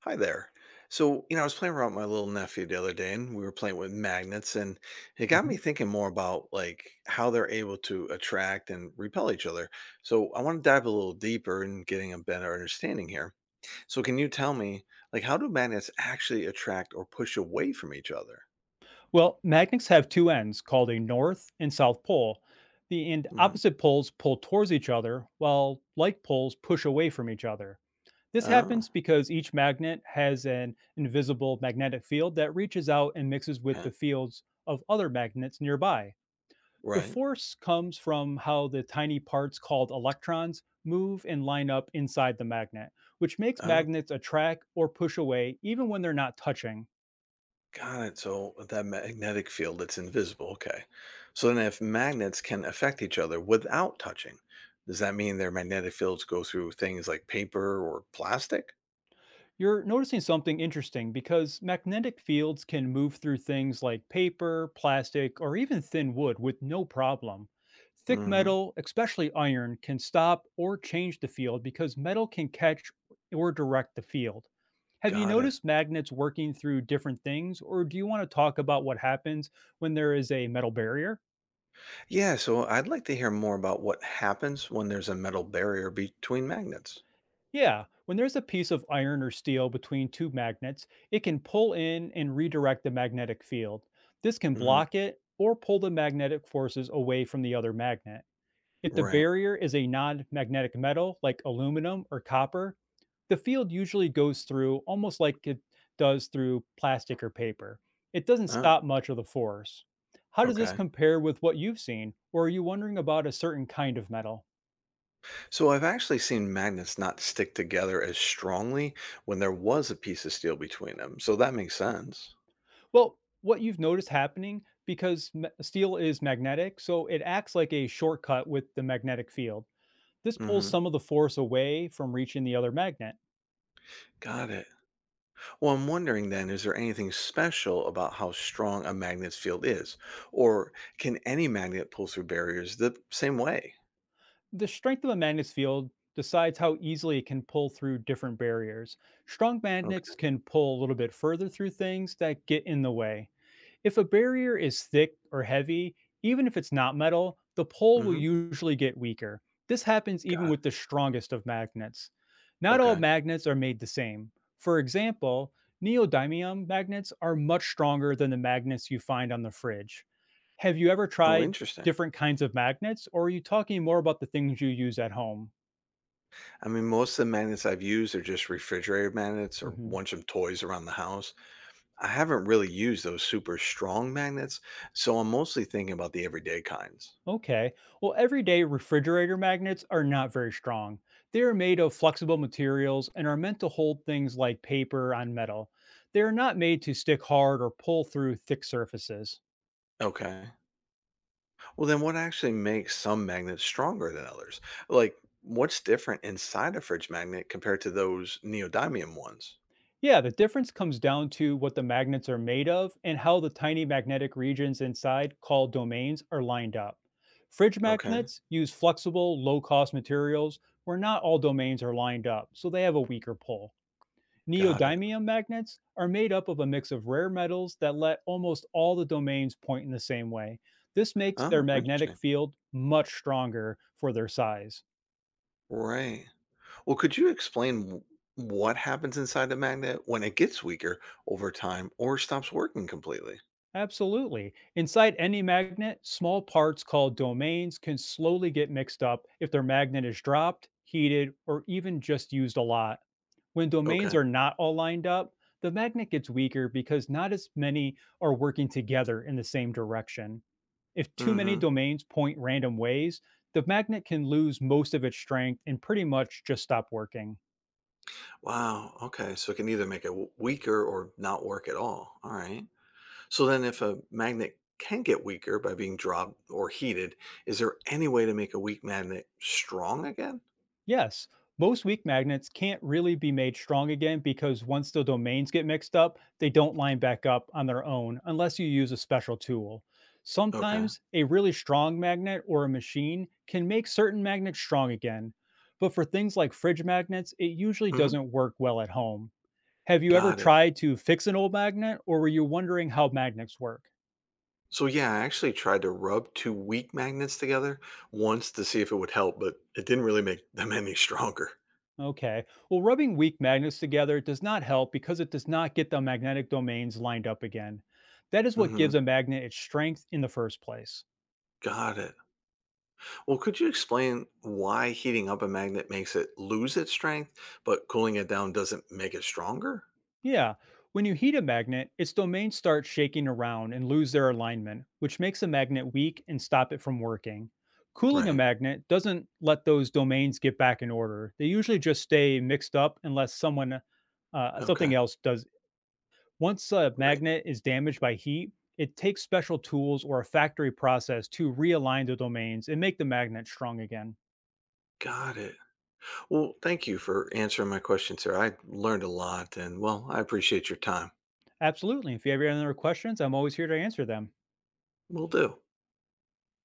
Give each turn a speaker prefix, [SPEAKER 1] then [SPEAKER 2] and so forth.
[SPEAKER 1] Hi there. I was playing around with my little nephew the other day and we were playing with magnets, and it got me
[SPEAKER 2] Mhm.
[SPEAKER 1] thinking more about like how they're able to attract and repel each other. So, I want to dive a little deeper and getting a better understanding here. So, can you tell me like how do magnets actually attract or push away from each other?
[SPEAKER 2] Well, magnets have two ends called a north and south pole. The end
[SPEAKER 1] Hmm.
[SPEAKER 2] opposite poles pull towards each other, while like poles push away from each other. This
[SPEAKER 1] Oh,
[SPEAKER 2] happens because each magnet has an invisible magnetic field that reaches out and mixes with the
[SPEAKER 1] okay.
[SPEAKER 2] fields of other magnets nearby. The
[SPEAKER 1] Right.
[SPEAKER 2] force comes from how the tiny parts called electrons move and line up inside the magnet, which makes
[SPEAKER 1] Oh.
[SPEAKER 2] magnets attract or push away even when they're not touching.
[SPEAKER 1] Got it. So that magnetic field that's invisible. Okay. So then if magnets can affect each other without touching, does that mean their magnetic fields go through things like paper or plastic?
[SPEAKER 2] You're noticing something interesting because magnetic fields can move through things like paper, plastic, or even thin wood with no problem. Thick
[SPEAKER 1] Hmm.
[SPEAKER 2] metal, especially iron, can stop or change the field because metal can catch or direct the field. Have you
[SPEAKER 1] Got it.
[SPEAKER 2] noticed magnets working through different things, or do you want to talk about what happens when there is a metal barrier?
[SPEAKER 1] Yeah, so I'd like to hear more about what happens when there's a metal barrier between magnets.
[SPEAKER 2] Yeah, when there's a piece of iron or steel between two magnets, it can pull in and redirect the magnetic field. This can
[SPEAKER 1] Hmm.
[SPEAKER 2] block it or pull the magnetic forces away from the other magnet. If the
[SPEAKER 1] Right.
[SPEAKER 2] barrier is a non magnetic metal like aluminum or copper, the field usually goes through almost like it does through plastic or paper. It doesn't
[SPEAKER 1] Oh,
[SPEAKER 2] stop much of the force. How does this
[SPEAKER 1] okay.
[SPEAKER 2] compare with what you've seen, or are you wondering about a certain kind of metal?
[SPEAKER 1] So I've actually seen magnets not stick together as strongly when there was a piece of steel between them. So that makes sense.
[SPEAKER 2] Well, what you've noticed happening because steel is magnetic, so it acts like a shortcut with the magnetic field. This pulls
[SPEAKER 1] Hmm.
[SPEAKER 2] some of the force away from reaching the other magnet.
[SPEAKER 1] Got it. Well, I'm wondering then, is there anything special about how strong a magnet's field is? Or can any magnet pull through barriers the same way?
[SPEAKER 2] The strength of a magnet's field decides how easily it can pull through different barriers. Strong magnets
[SPEAKER 1] Okay.
[SPEAKER 2] can pull a little bit further through things that get in the way. If a barrier is thick or heavy, even if it's not metal, the pole will
[SPEAKER 1] Mm-hmm.
[SPEAKER 2] usually get weaker. This happens even
[SPEAKER 1] Got it.
[SPEAKER 2] with the strongest of magnets. Not all
[SPEAKER 1] Okay.
[SPEAKER 2] magnets are made the same. For example, neodymium magnets are much stronger than the magnets you find on the fridge. Have you ever
[SPEAKER 1] Oh,
[SPEAKER 2] tried
[SPEAKER 1] interesting.
[SPEAKER 2] different kinds of magnets, or are you talking more about the things you use at home?
[SPEAKER 1] I mean, most of the magnets I've used are just refrigerator magnets or
[SPEAKER 2] Mhm.
[SPEAKER 1] bunch of toys around the house. I haven't really used those super strong magnets, so I'm mostly thinking about the everyday kinds.
[SPEAKER 2] Okay. Well, everyday refrigerator magnets are not very strong. They are made of flexible materials and are meant to hold things like paper on metal. They are not made to stick hard or pull through thick surfaces.
[SPEAKER 1] Okay. Well, then what actually makes some magnets stronger than others? Like, what's different inside a fridge magnet compared to those neodymium ones?
[SPEAKER 2] Yeah, the difference comes down to what the magnets are made of and how the tiny magnetic regions inside, called domains, are lined up. Fridge
[SPEAKER 1] Okay,
[SPEAKER 2] magnets use flexible, low cost materials where not all domains are lined up, so they have a weaker pull.
[SPEAKER 1] got it.
[SPEAKER 2] Neodymium magnets are made up of a mix of rare metals that let almost all the domains point in the same way. This makes their
[SPEAKER 1] Oh,
[SPEAKER 2] magnetic
[SPEAKER 1] interesting.
[SPEAKER 2] field much stronger for their size.
[SPEAKER 1] Right. Well, could you explain what happens inside the magnet when it gets weaker over time or stops working completely?
[SPEAKER 2] Absolutely. Inside any magnet, small parts called domains can slowly get mixed up if their magnet is dropped, heated, or even just used a lot. When domains
[SPEAKER 1] Okay.
[SPEAKER 2] are not all lined up, the magnet gets weaker because not as many are working together in the same direction. If too many
[SPEAKER 1] Mm-hmm.
[SPEAKER 2] domains point random ways, the magnet can lose most of its strength and pretty much just stop working.
[SPEAKER 1] Wow. Okay. So it can either make it weaker or not work at all. All right. So then if a magnet can get weaker by being dropped or heated, is there any way to make a weak magnet strong again?
[SPEAKER 2] Yes, most weak magnets can't really be made strong again because once the domains get mixed up, they don't line back up on their own unless you use a special tool.
[SPEAKER 1] Okay.
[SPEAKER 2] Sometimes a really strong magnet or a machine can make certain magnets strong again, but for things like fridge magnets, it usually
[SPEAKER 1] Hmm.
[SPEAKER 2] doesn't work well at home. Have you ever
[SPEAKER 1] Got it.
[SPEAKER 2] tried to fix an old magnet or were you wondering how magnets work?
[SPEAKER 1] So yeah, I actually tried to rub two weak magnets together once to see if it would help, but it didn't really make them any stronger.
[SPEAKER 2] Okay. Well, rubbing weak magnets together does not help because it does not get the magnetic domains lined up again. That is what
[SPEAKER 1] Hmm.
[SPEAKER 2] gives a magnet its strength in the first place.
[SPEAKER 1] Got it. Well, could you explain why heating up a magnet makes it lose its strength, but cooling it down doesn't make it stronger?
[SPEAKER 2] Yeah. When you heat a magnet, its domains start shaking around and lose their alignment, which makes a magnet weak and stop it from working. Cooling a
[SPEAKER 1] Right.
[SPEAKER 2] magnet doesn't let those domains get back in order. They usually just stay mixed up unless someone something
[SPEAKER 1] Okay.
[SPEAKER 2] else does. Once a
[SPEAKER 1] Right.
[SPEAKER 2] magnet is damaged by heat, it takes special tools or a factory process to realign the domains and make the magnet strong again.
[SPEAKER 1] Got it. Well, thank you for answering my question, sir. I learned a lot and, well, I appreciate your time.
[SPEAKER 2] Absolutely. If you have any other questions, I'm always here to answer them.
[SPEAKER 1] Will do.